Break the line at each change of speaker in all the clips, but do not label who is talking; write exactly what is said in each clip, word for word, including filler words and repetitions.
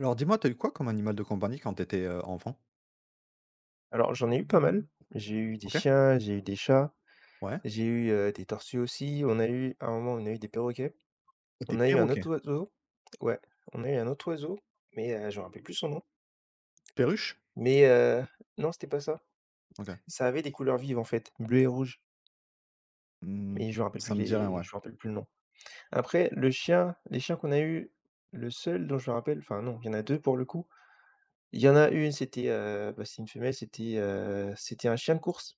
Alors dis-moi, t'as eu quoi comme animal de compagnie quand t'étais étais, enfant?
Alors, j'en ai eu pas mal. J'ai eu des
OK.
chiens, j'ai eu des chats,
Ouais.
j'ai eu, heu, des tortues aussi. On a eu à un moment, on a eu des perroquets.
C'était
On a eu un
perroquet.
autre oiseau. Ouais, on a eu un autre oiseau, mais heu, je me rappelle plus son nom.
Perruche?
Mais heu, non, c'était pas ça.
OK.
Ça avait des couleurs vives, en fait, bleu et rouge,
Mmh,
mais je me rappelle plus
ça me dit rien,
les
ouais.
je me rappelle plus le nom. Après, le chien les chiens qu'on a eu, le seul dont je me rappelle enfin non, il y en a deux pour le coup. Il y en a une, c'était, heu, bah, c'était une femelle, c'était, heu, c'était un chien de course.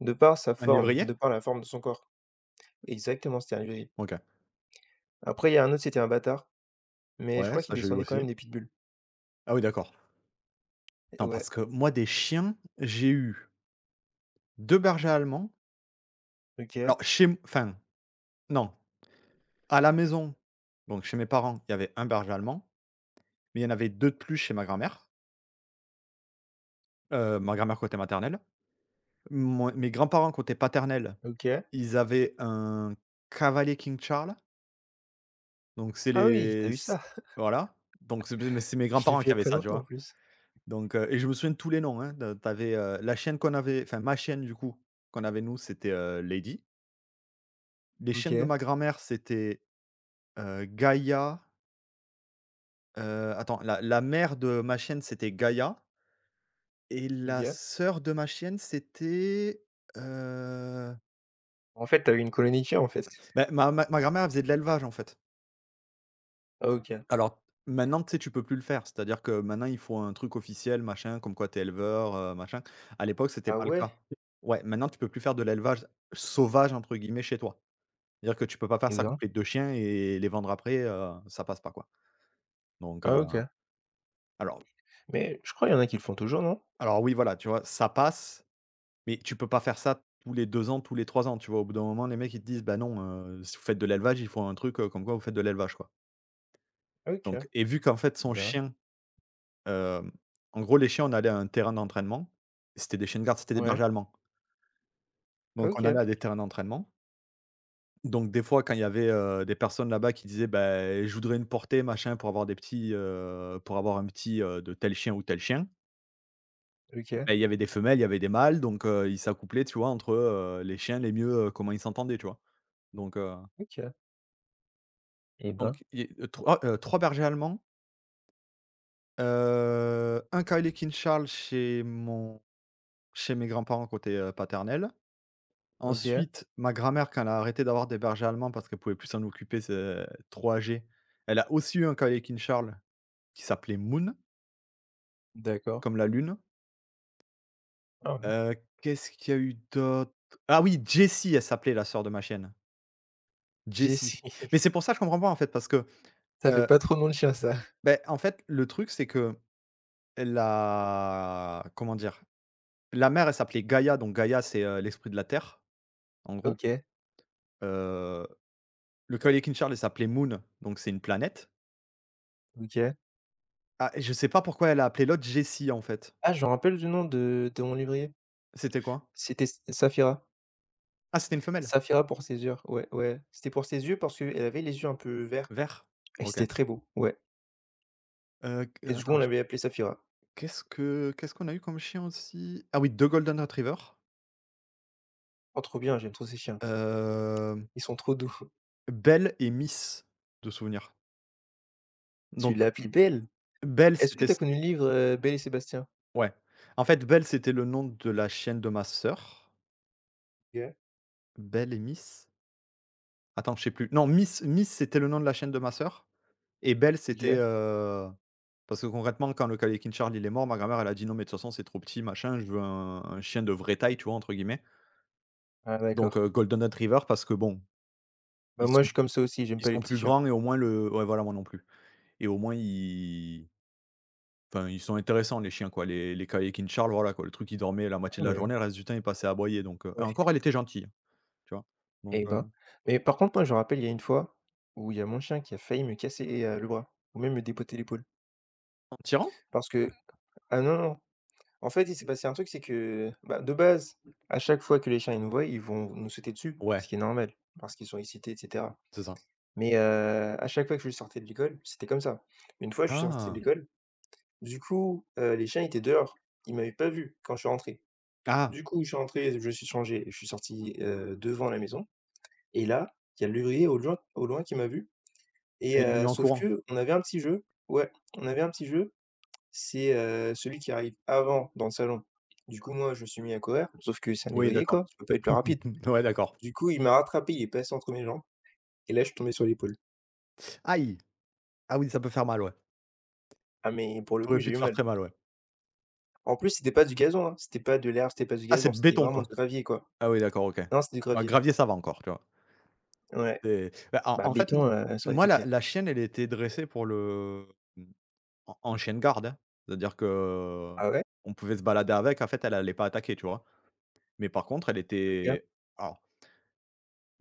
De par sa
Un
forme,
lévrier?
de par la forme de son corps. Exactement, c'était un Yuri.
OK.
Après, il y a un autre, c'était un Bâtard, mais je
Ouais,
crois qu'il
ça j'ai eu
descendait quand
aussi.
même des pitbulls.
Ah oui, d'accord.
Et
Non,
ouais.
parce que moi des chiens, j'ai eu deux bergers allemands.
OK,
Alors chez m enfin, non, à la maison, donc chez mes parents, il y avait un berger allemand, mais il y en avait deux de plus chez ma grand-mère, heu, ma grand-mère côté maternelle. Mon mes grands-parents côté paternel,
OK.
ils avaient un cavalier King Charles. Donc c'est
Ah oui, t'as
les
vu
c
ça?
Voilà, donc c'est mais c'est mes
Je l'ai vu
grands-parents
il y
qui
a
avaient
pas
ça, tu
longtemps en
vois?
plus.
Donc heu et je me souviens de tous les noms, hein, de tu avais, la chienne qu'on avait enfin ma chienne du coup, qu'on avait nous, c'était, heu, Lady. Les chiennes de
OK,
ma grand-mère, c'était, heu, Gaïa, heu, attends, la la mère de ma chienne, c'était Gaïa et la
OK.
sœur de ma chienne, c'était, heu,
En fait, t'as as eu une colonie de chiens, en fait?
bah, ma ma ma grand-mère, elle faisait de l'élevage, en fait.
Ah OK.
Alors maintenant, tu sais, tu peux plus le faire. C'est-à-dire que maintenant, il faut un truc officiel, machin, comme quoi tu éleveur, heu, machin. À l'époque, c'était
Ah
pas le
ouais?
cas. Ouais, maintenant, tu peux plus faire de l'élevage «sauvage» entre guillemets chez toi. C'est-à-dire que tu peux pas faire
Eh
ça
ben.
couper deux chiens et les vendre après, heu, ça passe pas, quoi. Donc heu,
Ah OK.
alors
Mais je crois il y en a qui le font toujours, non?
alors oui, voilà, tu vois, ça passe, mais tu peux pas faire ça tous les deux ans, tous les trois ans, tu vois? Au bout d'un moment, les mecs, ils te disent: «Bah non, heu, si vous faites de l'élevage, il faut un truc, heu, comme quoi vous faites de l'élevage, quoi».
OK.
Donc et vu qu'en fait,
Eh
son
ben.
chien. Hem, En gros, les chiens, on allait à un terrain d'entraînement. C'était des chiens de garde, c'était des
Ouais.
bergers allemands. Donc on
OK,
allait à des terrains d'entraînement. Donc des fois, quand il y avait, heu, des personnes là-bas qui disaient: ben, je voudrais une portée, machin, pour avoir des petits, heu, pour avoir un petit, heu, de tel chien ou tel chien».
OK,
Beh, il y avait des femelles, il y avait des mâles, donc heu, ils s'accouplaient, tu vois, entre, heu, les chiens les mieux, heu, comment ils s'entendaient, tu vois? Donc heu,
OK. Eh ben.
donc i heu, trois, heu, trois bergers allemands, heu, un Cowley King Charles chez mon chez mes grands-parents côté, heu, paternel.
OK,
Ensuite, ma grand-mère, quand elle a arrêté d'avoir des bergers allemands parce qu'elle pouvait plus s'en occuper, c'est trop âgée, elle a aussi eu un Calliope Charles qui s'appelait Moon,
d'accord.
comme la lune.
Ah ouais.
Heu, Qu'est-ce qu'il y a eu d'autre? Ah oui, Jessie, elle s'appelait la sœur de ma chienne.
Jessie.
Jessie. Mais c'est pour ça, que je comprends pas, en fait, parce que,
Ça fait
heu,
pas trop nom de chien, ça.
beh, en fait, le truc, c'est que la comment dire? La mère, elle s'appelait Gaïa, donc Gaïa, c'est, heu, l'esprit de la terre, en gros.
OK,
Heu, le Calliope Charles, il s'appelait Moon, donc c'est une planète.
OK.
Ah, et je sais pas pourquoi elle a appelé l'autre Jessie, en fait.
Ah, je me rappelle du nom de de mon lévrier.
C'était quoi?
C'était S Saphira.
Ah, c'était une femelle?
Saphira pour ses yeux, ouais, ouais. C'était pour ses yeux parce qu'elle avait les yeux un peu verts
Vert.
et
OK.
c'était très beau, ouais
Heu,
et
q
du coup, on
Attends, je
l'avait appelée Saphira.
qu'est-ce que qu'est-ce qu'on a eu comme chien aussi? Ah oui, deux golden retriever.
Oh trop bien, j'aime trop ces chiens.
hem,
Ils sont trop doux.
Belle et Miss, de souvenir.
Tu
Donc
l'as appelée Belle?
Belle,
Est-ce
c'était
que tu as
s
connu le livre, heu, Belle et Sébastien?
ouais. En fait, Belle, c'était le nom de la chienne de ma sœur.
OK,
Belle et Miss? Attends, je sais plus. Non, Miss Miss, c'était le nom de la chienne de ma sœur et Belle, c'était,
OK.
euh, parce que concrètement, quand le Kalekyn Charles, il est mort, ma grand-mère, elle a dit: «Non, mais de toute façon, c'est trop petit, machin, je veux un un chien de vraie taille», tu vois? Entre guillemets.
Ah
Donc,
d'accord.
heu, golden retriever parce que bon,
Bah,
ils
moi, je
sont
suis comme ça aussi, j'aime
ils
pas les
sont
petits
plus
chiens.
grands et au moins le ouais, voilà, moi non plus et au moins ils enfin, ils sont intéressants les chiens, quoi. Les les Kalekyn Charles, voilà, quoi, le truc, il dormait la
Ah
moitié de
bah,
la
oui,
journée, le reste du temps, il passait à aboyer donc, heu et
ouais.
encore, elle était gentille, tu vois? Donc,
Eh
heu
ben, mais par contre, moi, je me rappelle, il y a une fois où il y a mon chien qui a failli me casser, heu, le bras ou même me dépoter l'épaule
en tirant?
parce que ah non, non. En fait, il s'est passé un truc, c'est que, bah, de base, à chaque fois que les chiens, ils nous voient, ils vont nous sauter dessus, ce
Ouais,
qui est normal, parce qu'ils sont excités, et cetera.
c'est ça.
Mais, heu, à chaque fois que je sortais de l'école, c'était comme ça. Une fois, je suis sorti de
Ah!
l'école, du coup, heu, les chiens étaient dehors. Ils m'avaient pas vu quand je suis rentré.
Ah!
Du coup, je suis rentré, je me suis changé, je suis sorti, heu, devant la maison et là, il y a l'ouvrier au loin au loin qui m'a vu et
Il est venu
heu,
en
sauf
courant.
que on avait un petit jeu. Ouais, on avait un petit jeu c'est, heu, celui qui arrive avant dans le salon. Du coup, moi, je me suis mis à courir, sauf que c'est un
Oui,
lévrier,
d'accord.
quoi, je peux pas être plus rapide.
Ouais, d'accord.
Du coup, il m'a rattrapé, il est passé entre mes jambes et là, je suis tombé sur l'épaule.
Aïe! Ah oui, ça peut faire mal, ouais.
Ah mais pour le
Ça
coup,
aurait
j'ai
pu
eu
te faire
mal.
très mal, ouais.
En plus, c'était pas du gazon, hein, c'était pas de l'herbe, c'était pas du
Ah,
gazon,
c'est
c'était
béton,
vraiment du
quoi?
gravier, quoi.
Ah oui, d'accord, OK.
Non, c'était du
Ouais,
gravier.
gravier, ça va encore, tu vois?
Ouais.
C'est bah, en
Bah,
en fait, m
béton, heu, ça aurait
moi,
été
la
pire.
la chienne, elle était dressée pour le mmh, en en chienne garde, hein. C'est-à-dire que
Ah ouais?
on pouvait se balader avec. En fait, elle allait pas attaquer, tu vois? Mais par contre, elle
OK,
était alors,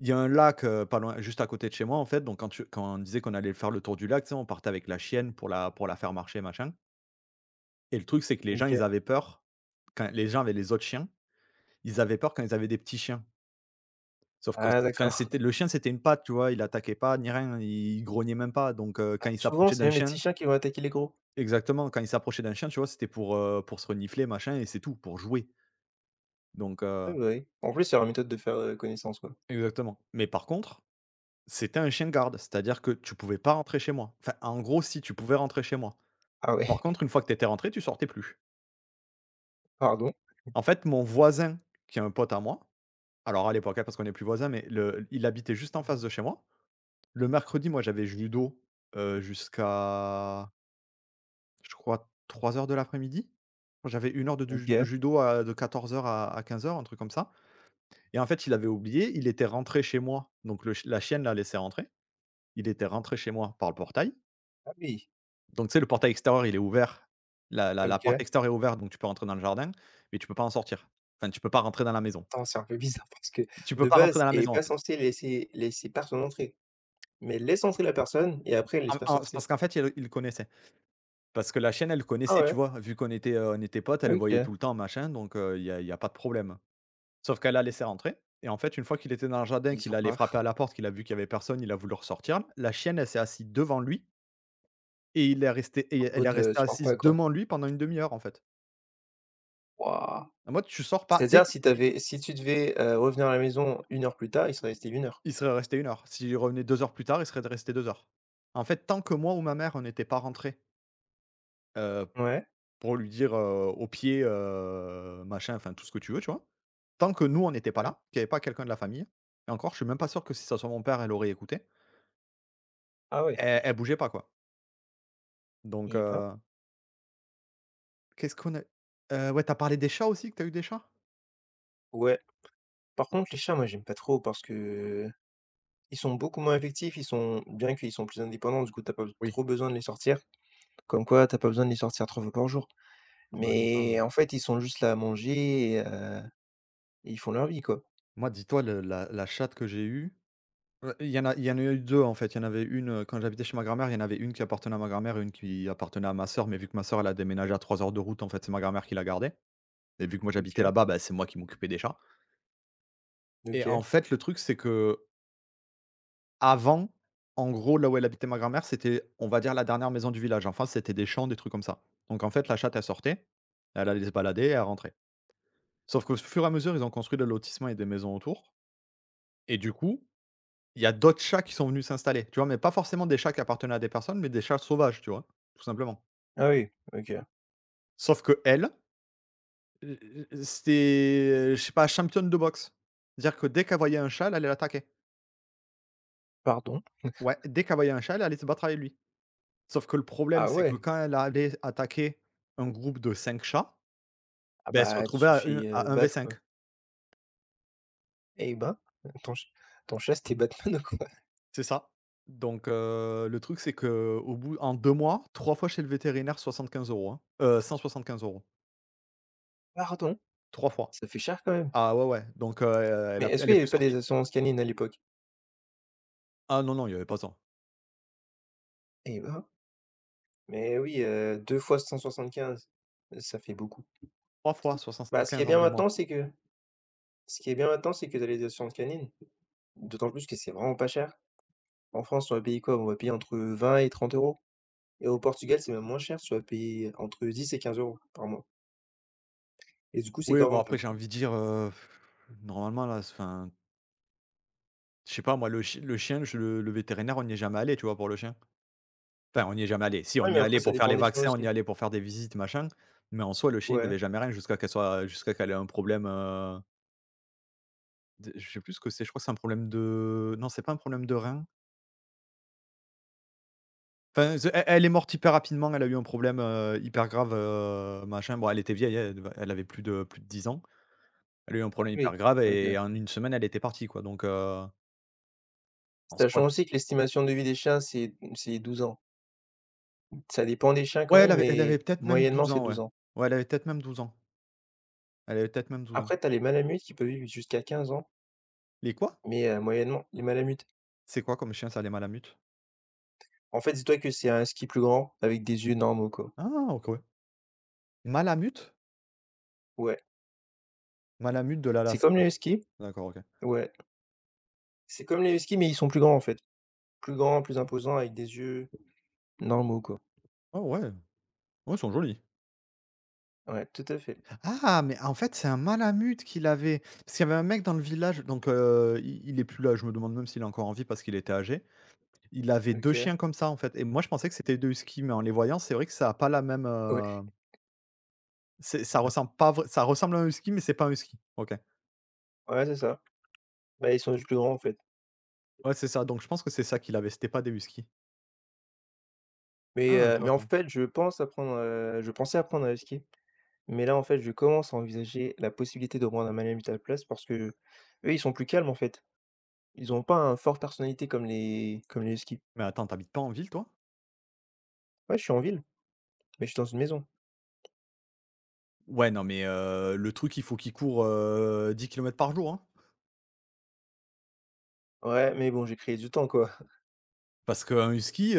il y a un lac, heu, pas loin juste à côté de chez moi, en fait, donc quand tu quand on disait qu'on allait faire le tour du lac, tu sais, on partait avec la chienne pour la pour la faire marcher, machin et le truc, c'est que les gens,
OK.
ils avaient peur quand les gens avaient les autres chiens, ils avaient peur quand ils avaient des petits chiens. Sauf que
Ah
enfin,
d'accord.
c'était le chien, c'était une patte, tu vois? Il attaquait pas ni rien, il grognait même pas, donc heu,
Bah,
quand il
souvent,
s'approchait
c'est
d'un
même les petits
chien
chiens qui vont attaquer les gros.
exactement, quand il s'approchait d'un chien, tu vois? C'était pour, heu, pour se renifler, machin et c'est tout, pour jouer, donc
Oui,
heu
bah, oui. En plus, c'est leur méthode de faire, heu, connaissance, quoi.
exactement. Mais par contre, c'était un chien garde, c'est-à-dire que tu pouvais pas rentrer chez moi. Enfin, en gros, si, tu pouvais rentrer chez moi.
Ah ouais,
Par contre, une fois que tu étais rentré, tu sortais plus.
pardon?
En fait, mon voisin, qui est un pote à moi, alors à l'époque, hein, parce qu'on n'est plus voisins, mais le il habitait juste en face
Mmh.
de chez moi. Le mercredi, moi, j'avais judo, heu, jusqu'à je crois trois heures de l'après-midi? J'avais une heure de du de
OK.
judo à de quatorze heures à à quinze heures, un truc comme ça et en fait, il avait oublié, il était rentré chez moi, donc le ch la chienne l'a laissé rentrer. Il était rentré chez moi par le portail.
Ah oui,
Donc tu sais, le portail extérieur, il est ouvert. La la la porte
OK.
extérieure est ouverte, donc tu peux rentrer dans le jardin, mais tu peux pas en sortir. Enfin, tu peux pas rentrer dans la maison.
Attends, c'est un peu bizarre parce que
Tu peux
de
pas rentrer
base,
dans la
elle est
maison, en
pas
fait.
censée laisser laisser personne entrer. Mais elle laisse entrer la personne et après elle laisse
En
pas
en C'est
sortir.
parce qu'en fait, il il le connaissait. Parce que la chienne, elle le
Ah
connaissait, tu
ouais?
vois? Vu qu'on était, heu, on était potes, elle le voyait
OK.
tout le temps, machin, donc euh, il y a il y a pas de problème. Sauf qu'elle l'a laissé rentrer et en fait, une fois qu'il était dans le jardin,
Il
qu'il
sort
allait
pas.
frapper à la porte, qu'il a vu qu'il y avait personne, il a voulu ressortir. La chienne, elle s'est assise devant lui et il est resté et
En
elle est
mode, heu,
restée
tu pars pas
assise
quoi.
devant lui pendant une demi heure, en fait.
Waouh!
En mode, tu sors pas dès
C'est-à-dire
qu'il.
si tu avais si tu devais, heu, revenir à la maison une heure plus tard, il serait resté une heure?
Il serait resté une heure. S'il revenait deux heures plus tard, il serait resté deux heures. En fait, tant que moi ou ma mère, on n'était pas rentrés, heu,
Ouais,
pour lui dire, heu, au pied, heu, machin, enfin tout ce que tu veux, tu vois? Tant que nous, on n'était pas
ouais.
là, qu'il y avait pas quelqu'un de la famille et encore, je suis même pas sûr que si ça soit mon père, elle aurait écouté,
Ah ouais.
elle elle bougeait pas, quoi. Donc
Eh ben,
heu qu'est-ce qu'on a heu, ouais, t'as parlé des chats aussi, que t'as eu des chats?
ouais. Par contre, les chats, moi j'aime pas trop parce que ils sont beaucoup moins affectifs, ils sont bien qu'ils sont plus indépendants, du coup tu as pas
Oui.
trop besoin de les sortir. Comme quoi, tu as pas besoin de les sortir trois fois par jour.
Ah bah non, ça, heu
Mais en fait, ils sont juste là à manger et heu, et ils font leur vie, quoi.
moi, dis-toi le la la chatte que j'ai eue, heu, il y en a il y en a eu deux en fait. Il y en avait une, heu, quand j'habitais chez ma grand-mère, il y en avait une qui appartenait à ma grand-mère et une qui appartenait à ma sœur, mais vu que ma sœur, elle a déménagé à trois heures de route, en fait, c'est ma grand-mère qui la gardait et vu que moi j'habitais
OK,
là-bas, bah, c'est moi qui m'occupais des chats et
OK.
en fait, le truc, c'est que avant, en gros, là où elle habitait ma grand-mère, c'était, on va dire, la dernière maison du village. Enfin, c'était des champs, des trucs comme ça. Donc en fait, la chatte, elle sortait, elle allait se balader elle rentrait. Sauf qu'au fur et à mesure, ils ont construit des lotissements et des maisons autour. Et du coup, il y a d'autres chats qui sont venus s'installer, tu vois? Mais pas forcément des chats qui appartenaient à des personnes, mais des chats sauvages, tu vois? Tout simplement.
Ah oui, OK.
Sauf qu'elle, heu heu, c'était, je sais pas, championne de boxe. C'est-à-dire que dès qu'elle voyait un chat, elle allait l'attaquer.
Pardon?
Ouais, dès qu'elle voyait un chat, elle allait se battre avec lui. Sauf que le problème,
Ah
c'est que
ouais?
quand elle allait attaquer un groupe de cinq chats,
Ah
ben elle se
bah,
retrouvait
tu te fais, heu,
à un v
battre,
cinq.
quoi. Eh ben! ton ch t'en chasses tes Batman ou quoi?
C'est ça. Donc heu, le truc, c'est qu'au bout en deux mois, trois fois chez le vétérinaire, soixante quinze euros, hein. Soixante quinze euros,
Pardon?
trois fois.
Ça fait cher quand même.
Ah ouais, ouais, donc heu, elle
Mais
a
est-ce qu'il
elle
y
est
avait
plus
pas des
sortie.
assurances canines à l'époque?
Ah non, non, il y avait pas ça.
Eh ben! Mais oui, heu, deux fois quinze ça fait beaucoup.
Trois fois soixante
Bah, ce qui est
quinze en
bien
deux mois.
maintenant, c'est que ce qui est bien maintenant, c'est que tu as les assurances canines. D'autant plus que c'est vraiment pas cher. En France, on va payer quoi? On va payer entre vingt et trente euros. Et au Portugal, c'est même moins cher, tu vas payer entre dix et quinze euros par mois. Et du coup, c'est
Oui, bon,
correct dans le
après, j'ai
prix.
envie de dire, heu, normalement, là, enfin, je sais pas, moi, le chi le chien, je le le vétérinaire, on n'y est jamais allé, tu vois, pour le chien? Enfin, on n'y est jamais allé. Si,
Ah,
on
oui,
y
mais
est
après,
allé
ça
pour faire
dépend
les
des chiens
vaccins, on y est
aussi.
allé pour faire des visites, machin, mais en soi, le chien, il
Ouais.
n'avait jamais rien jusqu'à qu'elle soit jusqu'à qu'elle ait un problème. D Je sais plus ce que c'est, je crois que c'est un problème de non, c'est pas un problème de rein. Enfin, ze elle elle est morte hyper rapidement, elle a eu un problème, heu, hyper grave, heu, machin. Bon, elle était vieille, hein, elle devait elle avait plus de plus de dix ans. Elle a eu un
Ah
problème hyper
oui,
grave
OK.
et en une semaine, elle était partie, quoi, donc heu, en soit.
Sachant aussi que l'estimation de vie des chiens, c'est c'est douze ans. Ça dépend des chiens quand
Ouais, elle
même,
avait elle avait
mais
peut-être même
moyennement,
douze
c'est
ans, ouais.
douze ans.
Ouais, elle avait peut-être même douze ans. Elle avait peut-être même douze ans.
Après, t'as les malamutes qui peuvent vivre jusqu'à quinze ans,
Les quoi?
mais heu, moyennement, les malamutes.
C'est quoi comme chien, ça, les malamutes?
En fait, dis-toi que c'est un husky plus grand avec des yeux normaux, quoi.
Ah, OK, ouais. Malamutes?
Ouais.
Malamutes de
C'est comme
l'Alaska.
les huskies.
D'accord, OK.
Ouais. C'est comme les huskies, mais ils sont plus grands, en fait. Plus grand, plus imposant avec des yeux normaux, quoi.
Oh ouais, ouais, ils sont jolis.
Ouais, tout à fait.
Ah, mais en fait, c'est un malamute qu'il avait. Parce qu'il y avait un mec dans le village, donc heu, il il est plus là, je me demande même s'il est encore en vie parce qu'il était âgé. Il avait deux
OK.
chiens comme ça, en fait, et moi je pensais que c'était deux huskies, mais en les voyant, c'est vrai que ça a pas la même,
Ouais.
heu, c'est ça ressemble pas vrai, ça ressemble à un husky, mais c'est pas un husky. OK.
Ouais, c'est ça. Bah, ils sont juste plus grands, en fait.
Ouais, c'est ça, donc je pense que c'est ça qu'il avait, c'était pas des huskies.
Mais
Ah,
heu, mais en
intéressant.
fait, je pense apprendre, heu, je pensais apprendre à skier, mais là, en fait, je commence à envisager la possibilité de prendre un manuel à la place parce qu'eux, ils sont plus calmes, en fait. Ils ont pas un fort personnalité comme les comme les huskies.
Mais attends, t'habites pas en ville, toi?
Ouais, je suis en ville, mais je suis dans une maison.
Ouais, non, mais heu, le truc, il faut qu'il court, heu, 10 kilomètres par jour, hein.
Ouais, mais bon, j'ai créé du temps, quoi.
Parce qu'un husky.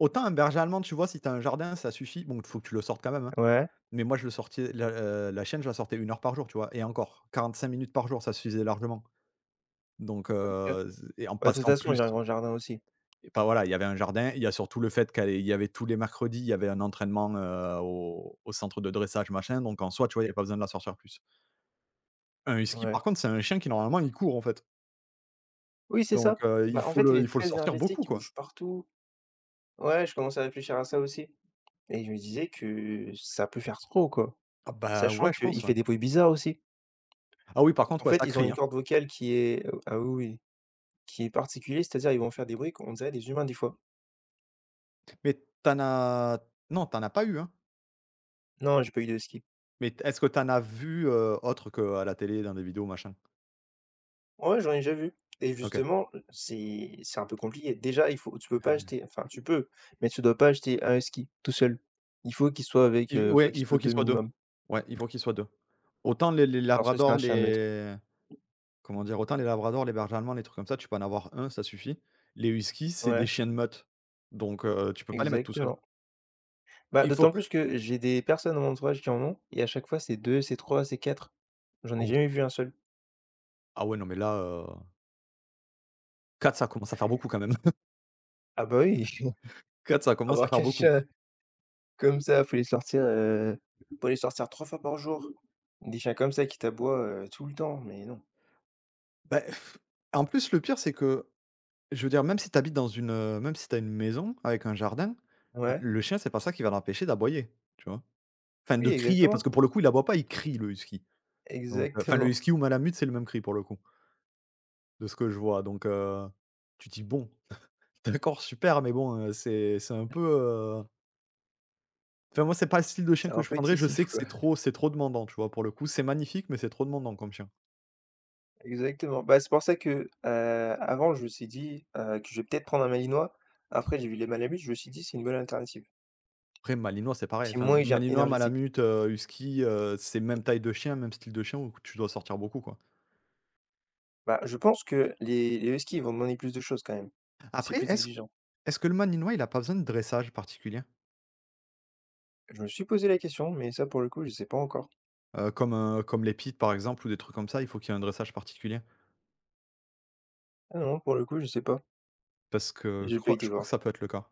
Autant un berger allemand, tu vois, si t'as un jardin, ça suffit. Bon, il faut que tu le sortes quand même, hein.
Ouais.
Mais moi, je le sortais la, heu, la chienne, je la sortais une heure par jour, tu vois? Et encore, quarante-cinq minutes par jour, ça suffisait largement. Donc,
OK.
heu, et en
Bah, de
parce
toute
qu'en
façon,
plus,
j'ai un grand jardin aussi.
et bah, voilà, il y avait un jardin. Il y a surtout le fait qu'il y avait tous les mercredis, il y avait un entraînement, heu, au au centre de dressage, machin. Donc en soi, tu vois, il y a pas besoin de la sortir plus. Un husky,
Ouais.
par contre, c'est un chien qui, normalement, il court, en fait.
Oui, c'est
Donc
ça.
heu,
Bah,
il
en
faut
fait, il
le
est
il faut le
très
sortir
énergétique,
beaucoup,
il
quoi.
bouge partout. Ouais, je commençais à réfléchir à ça aussi et je me disais que ça peut faire trop, quoi.
Ah bah,
Sachant
ouais, je pense,
qu'il
ouais.
fait des bruits bizarres aussi.
Ah oui, par
En
contre, ouais,
fait,
ça
ils ont
crie,
une
hein.
corde vocale qui est ah oui, oui, qui est particulière, c'est-à-dire ils vont faire des bruits qu'on dirait des humains des fois.
Mais t'en as non, t'en as pas eu, hein?
Non, j'ai pas eu de ski.
Mais t est-ce que t'en as vu, heu, autre qu'à la télé, dans des vidéos, machin?
Ouais, j'en ai déjà vu et
OK.
justement, c'est c'est un peu compliqué. Déjà, il faut tu peux
Ah
pas
oui.
acheter enfin tu peux, mais tu dois pas acheter un ski tout seul. Il faut qu'il soit avec,
Il
heu, faut
Ouais,
qu'il
il
soit
faut qu'ils
deux
soient deux.
minimum
Ouais, il faut qu'ils soient deux. Autant les les
parce que c'est un
labradors,
chien de meute.
les comment dire? Autant les labradors, les bergers allemands, les trucs comme ça, tu peux en avoir un, ça suffit. Les huskies, c'est des
Ouais,
chiens de meute, donc heu, tu peux pas les mettre tout seul.
exactement. Bah,
Il
d'autant
faut
plus que j'ai des personnes dans mon entourage qui en ont et à chaque fois c'est deux, c'est trois, c'est quatre. J'en ai
Oh,
jamais vu un seul.
ah ouais, non, mais là, heu, quatre, ça commence à faire beaucoup, quand même.
Ah bah oui,
Quatre, ça commence à
avoir
faire
quatre
beaucoup.
chats comme ça, faut les sortir, heu, faut les sortir trois fois par jour. Des chats comme ça qui t'aboient, heu, tout le temps, mais non.
Beh, en plus, le pire, c'est que je veux dire, même si tu habites dans une, heu, même si tu as une maison avec un jardin, enfin,
Ouais,
le chien, c'est pas ça qui va l'empêcher d'aboyer, tu vois? Enfin, de
oui
crier, parce
exactement,
que pour le coup, il aboie pas, il crie le husky. Donc, heu, enfin, le
exactement.
husky ou malamute, c'est le même cri pour le coup, de ce que je vois. Donc, heu, tu te dis: «Bon, d'accord, super, mais bon, heu, c'est c'est un peu, heu» enfin, moi, c'est pas le style de chien
C'est
que
un
je
peu
prendrais. Je sais
excessif
que
quoi.
c'est trop c'est trop demandant, tu vois? Pour le coup, c'est magnifique, mais c'est trop demandant comme chien.
Exactement. Bah, c'est pour ça que, heu, avant je me suis dit, heu, que je vais peut-être prendre un malinois. Après j'ai vu les malamutes, je me suis dit: «C'est une bonne alternative.
Après, malinois, c'est pareil.
C'est
Enfin,
moins éger
malinois,
énergétique».
malamute, heu, husky, heu, c'est même taille de chien, même style de chien où tu dois sortir beaucoup, quoi.
Bah, je pense que les les huskies, vont demander plus de choses quand même. C'est
Après,
plus
est-ce
exigeant.
est-ce que le malinois, il a pas besoin de dressage particulier?
Je me suis posé la question, mais ça, pour le coup, je sais pas encore.
Heu, comme, heu, comme les pites par exemple ou des trucs comme ça, il faut qu'il y ait un dressage particulier?
Ah non, pour le coup, je sais pas.
Parce que je
J'ai pas
crois
été
je crois
voir.
que ça peut être le cas.